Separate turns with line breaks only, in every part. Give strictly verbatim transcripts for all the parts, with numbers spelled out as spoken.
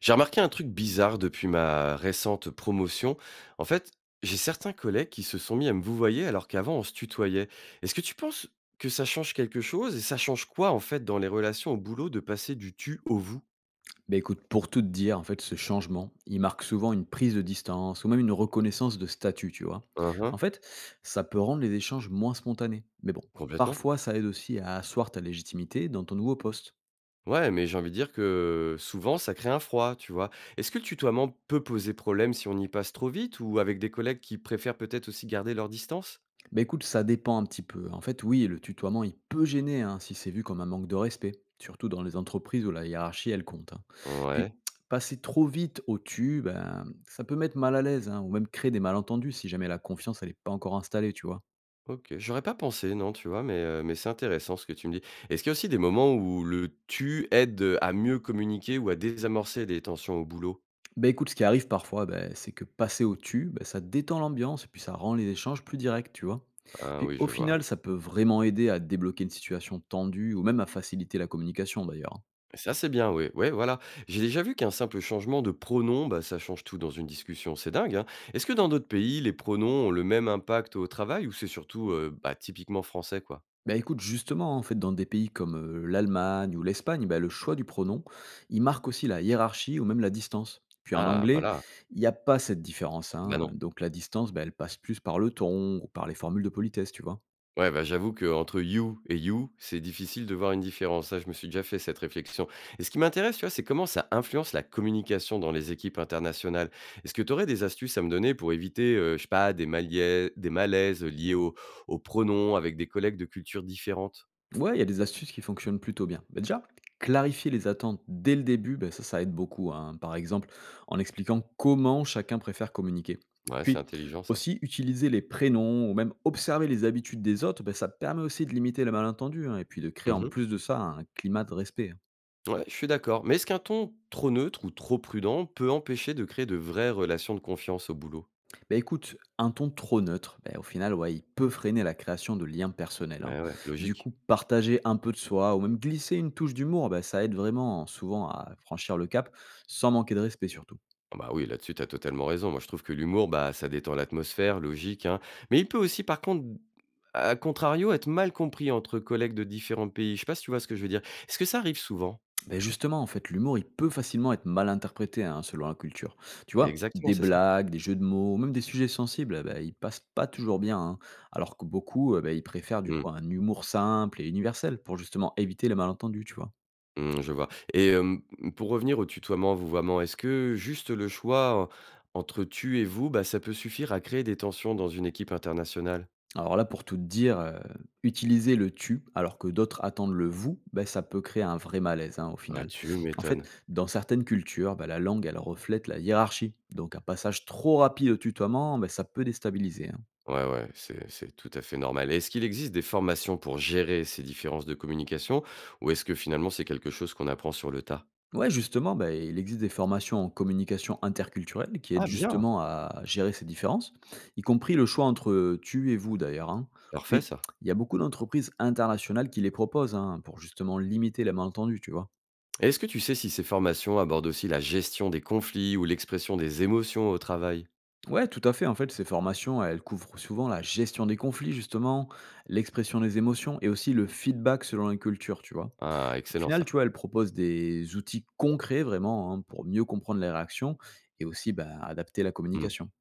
J'ai remarqué un truc bizarre depuis ma récente promotion. En fait, j'ai certains collègues qui se sont mis à me vouvoyer alors qu'avant on se tutoyait. Est-ce que tu penses que ça change quelque chose et ça change quoi en fait dans les relations au boulot de passer du tu au vous?
Bah écoute, pour tout te dire, en fait, ce changement, il marque souvent une prise de distance ou même une reconnaissance de statut, tu vois.
Hein,
En
hein,
fait, ça peut rendre les échanges moins spontanés. Mais bon,
complètement.
parfois, ça aide aussi à asseoir ta légitimité dans ton nouveau poste.
Ouais, mais j'ai envie de dire que souvent ça crée un froid, tu vois. Est-ce que le tutoiement peut poser problème si on y passe trop vite ou avec des collègues qui préfèrent peut-être aussi garder leur distance?
Bah écoute, ça dépend un petit peu. En fait, oui, le tutoiement, il peut gêner hein, si c'est vu comme un manque de respect, surtout dans les entreprises où la hiérarchie, elle compte, hein. Puis,
Ouais.
passer trop vite au tu, ben, ça peut mettre mal à l'aise hein, ou même créer des malentendus si jamais la confiance, elle n'est pas encore installée, tu vois.
OK, j'aurais pas pensé non, tu vois? Mais, heu, mais c'est intéressant ce que tu me dis. Est-ce qu'il y a aussi des moments où le «tu» aide, heu, à mieux communiquer ou à désamorcer des tensions au boulot?
Bah, écoute, ce qui arrive parfois, bah, c'est que passer au-dessus, bah, ça détend l'ambiance et puis ça rend les échanges plus directs, tu vois.
Ah
Puis
oui,
au
je vois.
final, ça peut vraiment aider à débloquer une situation tendue ou même à faciliter la communication d'ailleurs, hein.
Ça, c'est bien, oui. Ouais, voilà. J'ai déjà vu qu'un simple changement de pronom, bah, ça change tout dans une discussion. C'est dingue, hein? Est-ce que dans d'autres pays, les pronoms ont le même impact au travail ou c'est surtout, heu, bah, typiquement français, quoi?
Bah écoute, justement, en fait, dans des pays comme euh, l'Allemagne ou l'Espagne, bah, le choix du pronom, il marque aussi la hiérarchie ou même la distance. Puis en
Ah,
anglais,
voilà.
il n'y a pas cette différence,
Ah bah,
hein.
non.
Donc la distance, bah, elle passe plus par le ton ou par les formules de politesse, tu vois.
Ouais, bah, j'avoue qu'entre You et You, c'est difficile de voir une différence. Ça, je me suis déjà fait cette réflexion. Et ce qui m'intéresse, tu vois, c'est comment ça influence la communication dans les équipes internationales. Est-ce que tu aurais des astuces à me donner pour éviter, euh, je sais pas, des, malia- des malaises liés au- aux pronoms avec des collègues de cultures différentes?
Ouais, il y a des astuces qui fonctionnent plutôt bien. Bah, déjà, clarifier les attentes dès le début, bah, ça, ça aide beaucoup, hein. Par exemple, en expliquant comment chacun préfère communiquer.
Ouais, c'est
Puis,
intelligent ça.
aussi, utiliser les prénoms ou même observer les habitudes des autres, bah, ça permet aussi de limiter le malentendu hein, et puis de créer en
Mhm.
plus de ça un climat de respect, hein.
Ouais, je suis d'accord. Mais est-ce qu'un ton trop neutre ou trop prudent peut empêcher de créer de vraies relations de confiance au boulot?
Bah, écoute, un ton trop neutre, bah, au final, ouais, il peut freiner la création de liens personnels, hein.
Ouais, ouais,
Du
logique.
coup, partager un peu de soi ou même glisser une touche d'humour, bah, ça aide vraiment hein, souvent à franchir le cap sans manquer de respect surtout.
Ah bah oui, là-dessus, tu as totalement raison. Moi, je trouve que l'humour, bah, ça détend l'atmosphère, logique, hein. Mais il peut aussi, par contre, à contrario, être mal compris entre collègues de différents pays. Je sais pas si tu vois ce que je veux dire. Est-ce que ça arrive souvent?
Ben justement, en fait, l'humour, il peut facilement être mal interprété hein, selon la culture. Tu vois,
Exactement,
des
c'est ça.
blagues, des jeux de mots, même des sujets sensibles, eh ben, ils passent pas toujours bien, hein. Alors que beaucoup, eh ben, ils préfèrent du
Hmm,
coup un humour simple et universel pour justement éviter les malentendus, tu vois.
hmm, je vois. Et euh, pour revenir au tutoiement, vouvoiement, est-ce que juste le choix en- entre tu et vous, bah, ça peut suffire à créer des tensions dans une équipe internationale?
Alors là, pour tout te dire, euh, utiliser le tu alors que d'autres attendent le vous, ben, ça peut créer un vrai malaise hein, au
Ah,
final.
tu
En fait,
m'étonnes.
dans certaines cultures, ben, la langue, elle reflète la hiérarchie. Donc un passage trop rapide au tutoiement, ben, ça peut déstabiliser, hein.
Ouais, ouais, c'est c'est tout à fait normal. Et est-ce qu'il existe des formations pour gérer ces différences de communication ou est-ce que finalement c'est quelque chose qu'on apprend sur le tas?
Ouais, justement, bah, il existe des formations en communication interculturelle qui aident
Ah bien,
justement à gérer ces différences, y compris le choix entre tu et vous d'ailleurs, hein.
parfait
Puis,
ça.
il y a beaucoup d'entreprises internationales qui les proposent hein, pour justement limiter les malentendus, tu vois.
Et est-ce que tu sais si ces formations abordent aussi la gestion des conflits ou l'expression des émotions au travail?
Ouais, tout à fait. En fait, ces formations, elles couvrent souvent la gestion des conflits, justement, l'expression des émotions et aussi le feedback selon la culture, tu vois.
Ah,
Au
excellent
final, tu
ça.
vois, elles proposent des outils concrets vraiment hein, pour mieux comprendre les réactions et aussi bah, adapter la
Hmm.
communication.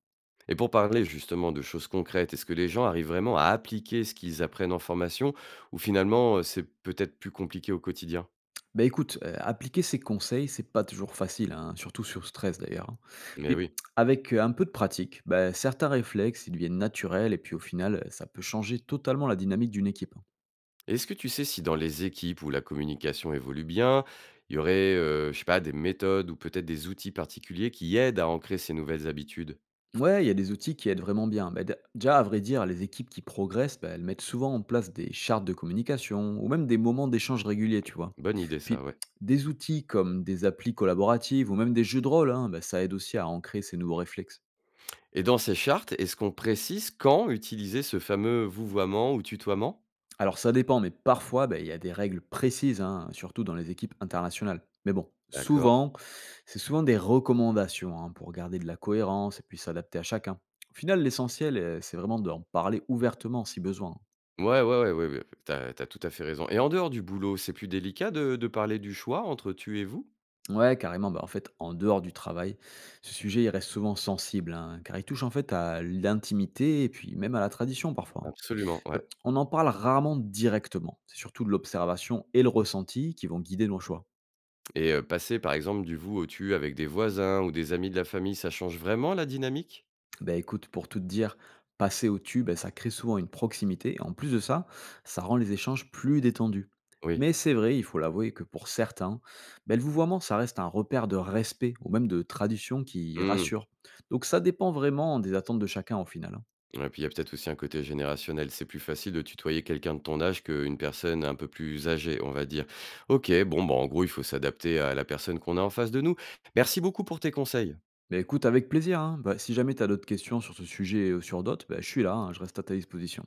Et pour parler justement de choses concrètes, est-ce que les gens arrivent vraiment à appliquer ce qu'ils apprennent en formation ou finalement euh, c'est peut-être plus compliqué au quotidien?
Bah, écoute, heu, appliquer ces conseils, c'est pas toujours facile, hein, surtout sur stress d'ailleurs, hein.
Mais
Mais
oui.
avec, heu, un peu de pratique, bah, certains réflexes, ils deviennent naturels et puis au final, heu, ça peut changer totalement la dynamique d'une équipe, hein.
Est-ce que tu sais si dans les équipes où la communication évolue bien, il y aurait, heu, je sais pas, des méthodes ou peut-être des outils particuliers qui aident à ancrer ces nouvelles habitudes?
Ouais, il y a des outils qui aident vraiment bien. Bah, dé déjà à vrai dire, les équipes qui progressent, bah, elles mettent souvent en place des chartes de communication ou même des moments d'échange réguliers, tu vois?
Bonne idée ça,
Puis
ouais.
des outils comme des applis collaboratives ou même des jeux de rôle, hein, bah, ça aide aussi à ancrer ces nouveaux réflexes.
Et dans ces chartes, est-ce qu'on précise quand utiliser ce fameux vouvoiement ou tutoiement?
Alors ça dépend, mais parfois, bah, il y a des règles précises, hein, surtout dans les équipes internationales. Mais bon,
D'accord.
souvent, c'est souvent des recommandations hein, pour garder de la cohérence et puis s'adapter à chacun. Au final, l'essentiel, euh, c'est vraiment d'en parler ouvertement si besoin, hein.
Ouais, ouais, ouais, ouais, ouais, tu as tout à fait raison. Et en dehors du boulot, c'est plus délicat de de parler du choix entre tu et vous?
Ouais, carrément, bah, en fait, en dehors du travail, ce sujet, il reste souvent sensible, hein, car il touche en fait à l'intimité et puis même à la tradition parfois, hein.
Absolument,
Euh,
ouais.
On en parle rarement directement, c'est surtout de l'observation et le ressenti qui vont guider nos choix.
Et heu, passer par exemple du vous au tu avec des voisins ou des amis de la famille, ça change vraiment la dynamique?
Bah écoute, pour tout te dire, passer au tube, ça crée souvent une proximité. Et en plus de ça, ça rend les échanges plus détendus.
Oui.
Mais c'est vrai, il faut l'avouer que pour certains, bah, le vouvoiement, ça reste un repère de respect ou même de tradition qui
Mmh.
rassure. Donc ça dépend vraiment des attentes de chacun au final, hein.
Ouais, puis il y a peut-être aussi un côté générationnel. C'est plus facile de tutoyer quelqu'un de ton âge qu'une personne un peu plus âgée, on va dire. OK, bon, bah, en gros, il faut s'adapter à la personne qu'on a en face de nous. Merci beaucoup pour tes conseils.
Mais écoute, avec plaisir, hein. Bah, si jamais tu as d'autres questions sur ce sujet ou sur d'autres, bah, je suis là, hein, je reste à ta disposition.